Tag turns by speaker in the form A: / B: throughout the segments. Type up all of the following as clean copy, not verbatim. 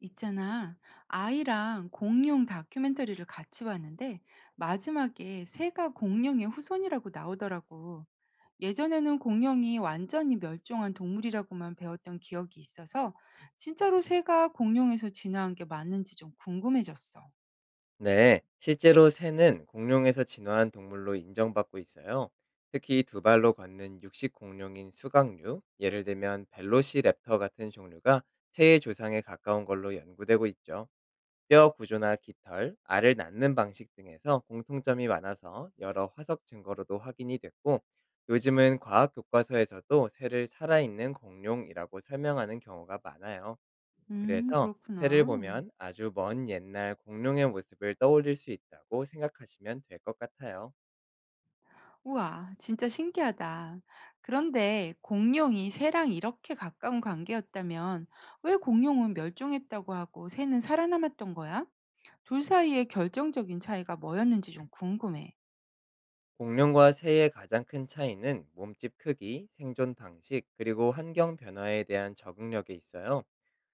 A: 있잖아. 아이랑 공룡 다큐멘터리를 같이 봤는데 마지막에 새가 공룡의 후손이라고 나오더라고. 예전에는 공룡이 완전히 멸종한 동물이라고만 배웠던 기억이 있어서 진짜로 새가 공룡에서 진화한 게 맞는지 좀 궁금해졌어.
B: 네, 실제로 새는 공룡에서 진화한 동물로 인정받고 있어요. 특히 두 발로 걷는 육식 공룡인 수각류, 예를 들면 벨로시랩터 같은 종류가 새의 조상에 가까운 걸로 연구되고 있죠. 뼈 구조나 깃털, 알을 낳는 방식 등에서 공통점이 많아서 여러 화석 증거로도 확인이 됐고, 요즘은 과학 교과서에서도 새를 살아있는 공룡이라고 설명하는 경우가 많아요. 그래서 새를
A: 그렇구나.
B: 보면 아주 먼 옛날 공룡의 모습을 떠올릴 수 있다고 생각하시면 될 것 같아요.
A: 우와, 진짜 신기하다. 그런데 공룡이 새랑 이렇게 가까운 관계였다면 왜 공룡은 멸종했다고 하고 새는 살아남았던 거야? 둘 사이의 결정적인 차이가 뭐였는지 좀 궁금해.
B: 공룡과 새의 가장 큰 차이는 몸집 크기, 생존 방식, 그리고 환경 변화에 대한 적응력에 있어요.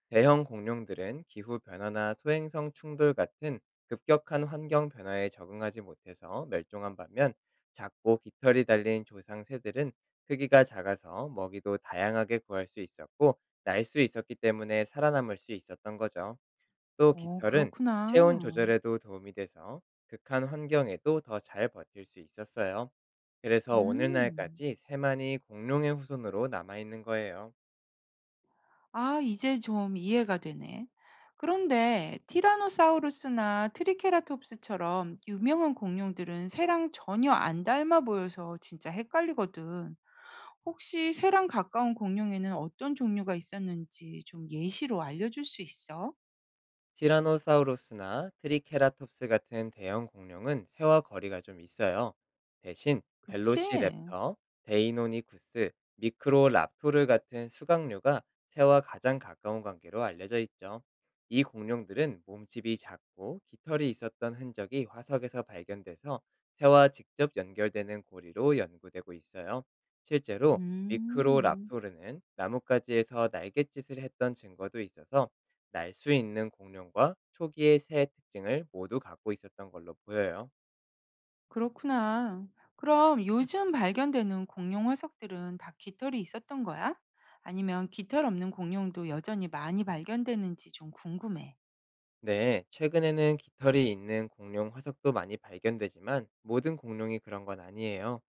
B: 대형 공룡들은 기후 변화나 소행성 충돌 같은 급격한 환경 변화에 적응하지 못해서 멸종한 반면, 작고 깃털이 달린 조상 새들은 크기가 작아서 먹이도 다양하게 구할 수 있었고, 날 수 있었기 때문에 살아남을 수 있었던 거죠. 또
A: 어,
B: 깃털은 체온
A: 그렇구나.
B: 조절에도 도움이 돼서 극한 환경에도 더 잘 버틸 수 있었어요. 그래서
A: 음.
B: 오늘날까지 새만이 공룡의 후손으로 남아있는 거예요.
A: 아, 이제 좀 이해가 되네. 그런데 티라노사우루스나 트리케라톱스처럼 유명한 공룡들은 새랑 전혀 안 닮아 보여서 진짜 헷갈리거든. 혹시 새랑 가까운 공룡에는 어떤 종류가 있었는지 좀 예시로 알려줄 수 있어?
B: 티라노사우루스나 트리케라톱스 같은 대형 공룡은 새와 거리가 좀 있어요. 대신
A: 그치?
B: 벨로시랩터, 데이노니쿠스, 미크로랍토르 같은 수각류가 새와 가장 가까운 관계로 알려져 있죠. 이 공룡들은 몸집이 작고 깃털이 있었던 흔적이 화석에서 발견돼서 새와 직접 연결되는 고리로 연구되고 있어요. 실제로
A: 음.
B: 미크로랍토르는 나뭇가지에서 날갯짓을 했던 증거도 있어서 날 수 있는 공룡과 초기의 새의 특징을 모두 갖고 있었던 걸로 보여요.
A: 그렇구나. 그럼 요즘 발견되는 공룡 화석들은 다 깃털이 있었던 거야? 아니면 깃털 없는 공룡도 여전히 많이 발견되는지 좀 궁금해.
B: 네, 최근에는 깃털이 있는 공룡 화석도 많이 발견되지만 모든 공룡이 그런 건 아니에요.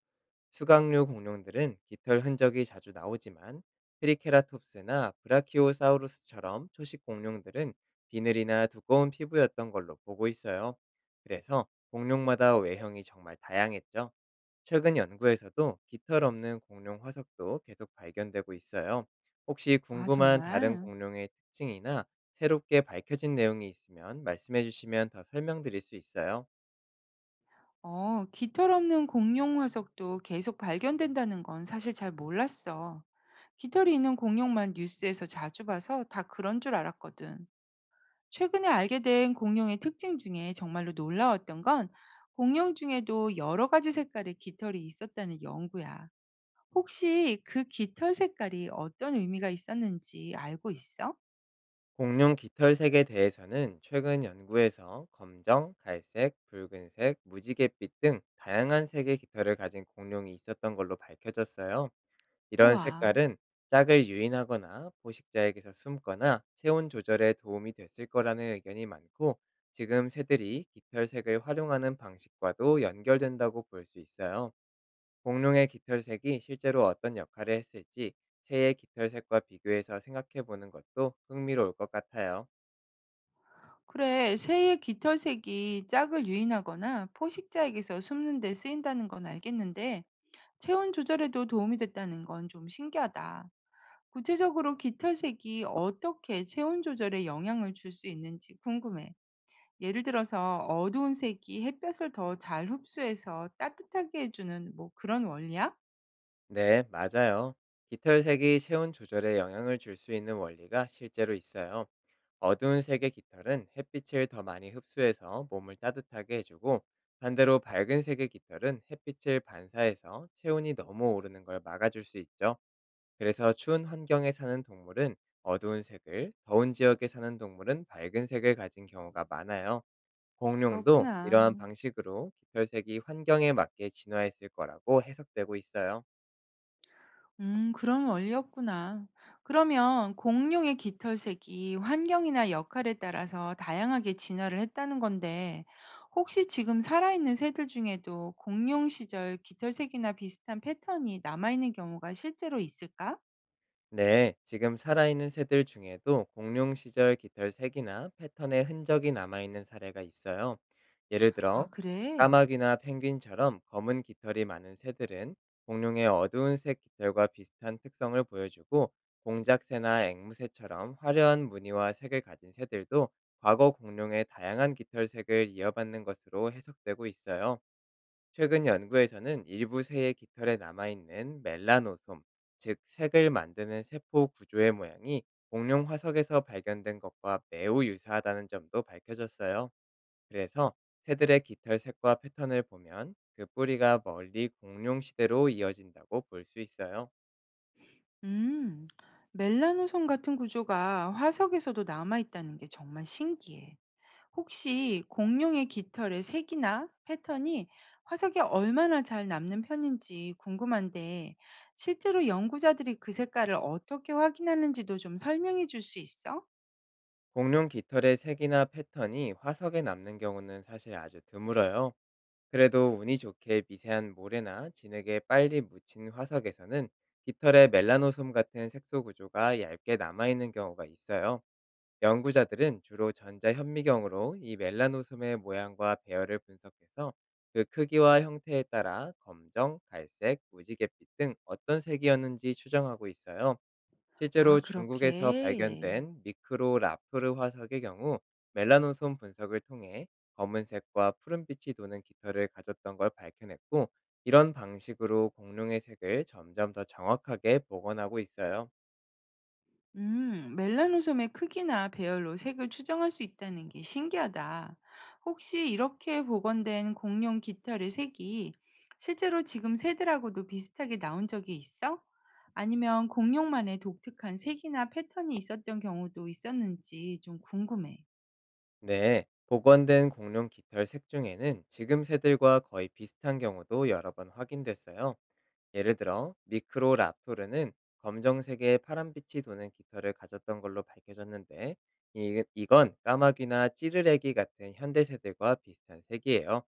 B: 수각류 공룡들은 깃털 흔적이 자주 나오지만, 트리케라톱스나 브라키오사우루스처럼 초식 공룡들은 비늘이나 두꺼운 피부였던 걸로 보고 있어요. 그래서 공룡마다 외형이 정말 다양했죠. 최근 연구에서도 깃털 없는 공룡 화석도 계속 발견되고 있어요. 혹시
A: 아,
B: 궁금한 다른
A: 정말?
B: 공룡의 특징이나 새롭게 밝혀진 내용이 있으면 말씀해 주시면 더 설명드릴 수 있어요.
A: 어, 깃털 없는 공룡 화석도 계속 발견된다는 건 사실 잘 몰랐어. 깃털이 있는 공룡만 뉴스에서 자주 봐서 다 그런 줄 알았거든. 최근에 알게 된 공룡의 특징 중에 정말로 놀라웠던 건 공룡 중에도 여러 가지 색깔의 깃털이 있었다는 연구야. 혹시 그 깃털 색깔이 어떤 의미가 있었는지 알고 있어?
B: 공룡 깃털색에 대해서는 최근 연구에서 검정, 갈색, 붉은색, 무지갯빛 등 다양한 색의 깃털을 가진 공룡이 있었던 걸로 밝혀졌어요. 이런
A: 우와.
B: 색깔은 짝을 유인하거나 포식자에게서 숨거나 체온 조절에 도움이 됐을 거라는 의견이 많고, 지금 새들이 깃털색을 활용하는 방식과도 연결된다고 볼 수 있어요. 공룡의 깃털색이 실제로 어떤 역할을 했을지 새의 깃털색과 비교해서 생각해 보는 것도 흥미로울 것 같아요.
A: 그래, 새의 깃털색이 짝을 유인하거나 포식자에게서 숨는 데 쓰인다는 건 알겠는데, 체온 조절에도 도움이 됐다는 건 좀 신기하다. 구체적으로 깃털색이 어떻게 체온 조절에 영향을 줄 수 있는지 궁금해. 예를 들어서 어두운 색이 햇볕을 더 잘 흡수해서 따뜻하게 해주는 뭐 그런 원리야?
B: 네, 맞아요. 깃털색이 체온 조절에 영향을 줄 수 있는 원리가 실제로 있어요. 어두운 색의 깃털은 햇빛을 더 많이 흡수해서 몸을 따뜻하게 해주고, 반대로 밝은 색의 깃털은 햇빛을 반사해서 체온이 너무 오르는 걸 막아줄 수 있죠. 그래서 추운 환경에 사는 동물은 어두운 색을, 더운 지역에 사는 동물은 밝은 색을 가진 경우가 많아요. 공룡도 이러한
A: 그렇구나.
B: 방식으로 깃털색이 환경에 맞게 진화했을 거라고 해석되고 있어요.
A: 그런 원리였구나. 그러면 공룡의 깃털색이 환경이나 역할에 따라서 다양하게 진화를 했다는 건데, 혹시 지금 살아있는 새들 중에도 공룡 시절 깃털색이나 비슷한 패턴이 남아있는 경우가 실제로 있을까?
B: 네, 지금 살아있는 새들 중에도 공룡 시절 깃털 색이나 패턴의 흔적이 남아있는 사례가 있어요. 예를
A: 아,
B: 들어,
A: 그래?
B: 까마귀나 펭귄처럼 검은 깃털이 많은 새들은 공룡의 어두운 색 깃털과 비슷한 특성을 보여주고, 공작새나 앵무새처럼 화려한 무늬와 색을 가진 새들도 과거 공룡의 다양한 깃털 색을 이어받는 것으로 해석되고 있어요. 최근 연구에서는 일부 새의 깃털에 남아있는 멜라노솜, 즉 색을 만드는 세포 구조의 모양이 공룡 화석에서 발견된 것과 매우 유사하다는 점도 밝혀졌어요. 그래서 새들의 깃털 색과 패턴을 보면 그 뿌리가 멀리 공룡 시대로 이어진다고 볼 수 있어요.
A: 음, 멜라노손 같은 구조가 화석에서도 남아있다는 게 정말 신기해. 혹시 공룡의 깃털의 색이나 패턴이 화석에 얼마나 잘 남는 편인지 궁금한데, 실제로 연구자들이 그 색깔을 어떻게 확인하는지도 좀 설명해 줄 수 있어?
B: 공룡 깃털의 색이나 패턴이 화석에 남는 경우는 사실 아주 드물어요. 그래도 운이 좋게 미세한 모래나 진흙에 빨리 묻힌 화석에서는 깃털의 멜라노솜 같은 색소 구조가 얇게 남아있는 경우가 있어요. 연구자들은 주로 전자 현미경으로 이 멜라노솜의 모양과 배열을 분석해서 그 크기와 형태에 따라 검정, 갈색, 무지갯빛 등 어떤 색이었는지 추정하고 있어요.
A: 아,
B: 실제로 중국에서
A: 그렇게.
B: 발견된 미크로 라프르 화석의 경우 멜라노손 분석을 통해 검은색과 푸른빛이 도는 깃털을 가졌던 걸 밝혀냈고, 이런 방식으로 공룡의 색을 점점 더 정확하게 복원하고 있어요.
A: 멜라노솜의 크기나 배열로 색을 추정할 수 있다는 게 신기하다. 혹시 이렇게 복원된 공룡 깃털의 색이 실제로 지금 새들하고도 비슷하게 나온 적이 있어? 아니면 공룡만의 독특한 색이나 패턴이 있었던 경우도 있었는지 좀 궁금해.
B: 네, 복원된 공룡 깃털 색 중에는 지금 새들과 거의 비슷한 경우도 여러 번 확인됐어요. 예를 들어 미크로 랍토르는 검정색의 파란빛이 도는 깃털을 가졌던 걸로 밝혀졌는데, 이건 까마귀나 찌르레기 같은 현대 새들과 비슷한 색이에요.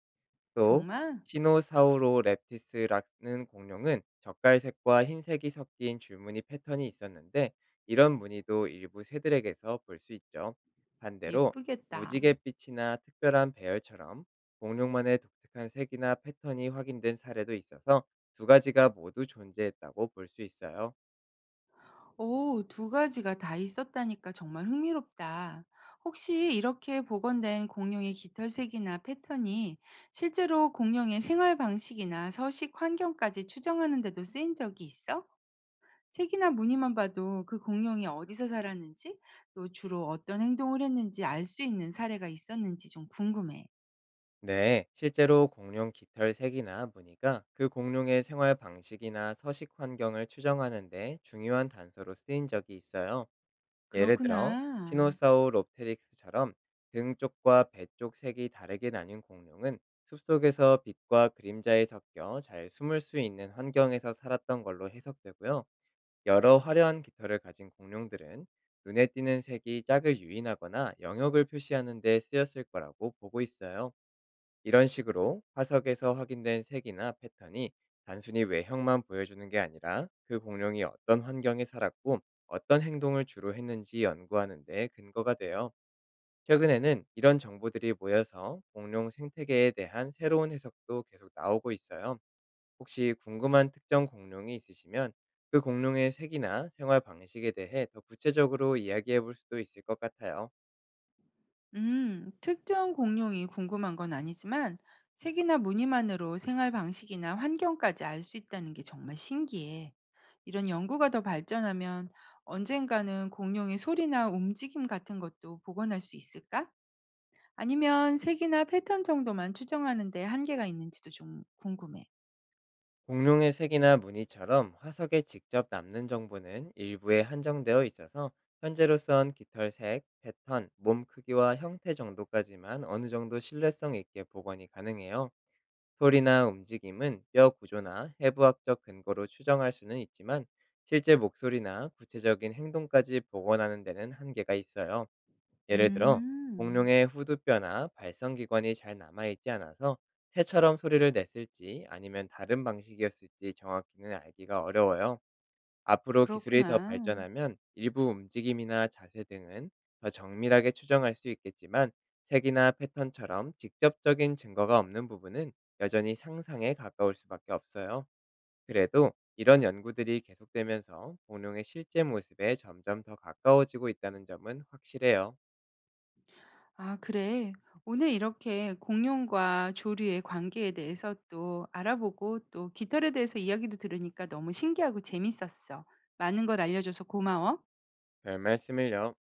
B: 또
A: 정말
B: 시노사우로랩티스라는 공룡은 젓갈색과 흰색이 섞인 줄무늬 패턴이 있었는데, 이런 무늬도 일부 새들에게서 볼 수 있죠. 반대로
A: 예쁘겠다.
B: 무지갯빛이나 특별한 배열처럼 공룡만의 독특한 색이나 패턴이 확인된 사례도 있어서 두 가지가 모두 존재했다고 볼 수 있어요.
A: 오, 두 가지가 다 있었다니까 정말 흥미롭다. 혹시 이렇게 복원된 공룡의 깃털색이나 패턴이 실제로 공룡의 생활 방식이나 서식 환경까지 추정하는 데도 쓰인 적이 있어? 색이나 무늬만 봐도 그 공룡이 어디서 살았는지, 또 주로 어떤 행동을 했는지 알 수 있는 사례가 있었는지 좀 궁금해.
B: 네, 실제로 공룡 깃털 색이나 무늬가 그 공룡의 생활 방식이나 서식 환경을 추정하는데 중요한 단서로 쓰인 적이 있어요. 예를 들어
A: 그렇구나.
B: 시노사우롭테릭스처럼 등 쪽과 배쪽 색이 다르게 나뉜 공룡은 숲속에서 빛과 그림자에 섞여 잘 숨을 수 있는 환경에서 살았던 걸로 해석되고요. 여러 화려한 깃털을 가진 공룡들은 눈에 띄는 색이 짝을 유인하거나 영역을 표시하는 데 쓰였을 거라고 보고 있어요. 이런 식으로 화석에서 확인된 색이나 패턴이 단순히 외형만 보여주는 게 아니라 그 공룡이 어떤 환경에 살았고 어떤 행동을 주로 했는지 연구하는 데 근거가 돼요. 최근에는 이런 정보들이 모여서 공룡 생태계에 대한 새로운 해석도 계속 나오고 있어요. 혹시 궁금한 특정 공룡이 있으시면 그 공룡의 색이나 생활 방식에 대해 더 구체적으로 이야기해 볼 수도 있을 것 같아요.
A: 특정 공룡이 궁금한 건 아니지만 색이나 무늬만으로 생활 방식이나 환경까지 알 수 있다는 게 정말 신기해. 이런 연구가 더 발전하면 언젠가는 공룡의 소리나 움직임 같은 것도 복원할 수 있을까? 아니면 색이나 패턴 정도만 추정하는 데 한계가 있는지도 좀 궁금해.
B: 공룡의 색이나 무늬처럼 화석에 직접 남는 정보는 일부에 한정되어 있어서 현재로선 깃털 색, 패턴, 몸 크기와 형태 정도까지만 어느 정도 신뢰성 있게 복원이 가능해요. 소리나 움직임은 뼈 구조나 해부학적 근거로 추정할 수는 있지만 실제 목소리나 구체적인 행동까지 복원하는 데는 한계가 있어요. 예를 들어
A: 음,
B: 공룡의 후두뼈나 발성기관이 잘 남아있지 않아서 새처럼 소리를 냈을지 아니면 다른 방식이었을지 정확히는 알기가 어려워요. 앞으로 기술이 더
A: 그렇구나.
B: 발전하면 일부 움직임이나 자세 등은 더 정밀하게 추정할 수 있겠지만, 색이나 패턴처럼 직접적인 증거가 없는 부분은 여전히 상상에 가까울 수밖에 없어요. 그래도 이런 연구들이 계속되면서 공룡의 실제 모습에 점점 더 가까워지고 있다는 점은 확실해요.
A: 아, 그래. 오늘 이렇게 공룡과 조류의 관계에 대해서 또 알아보고 또 깃털에 대해서 이야기도 들으니까 너무 신기하고 재밌었어. 많은 걸 알려줘서 고마워.
B: 별 말씀을요.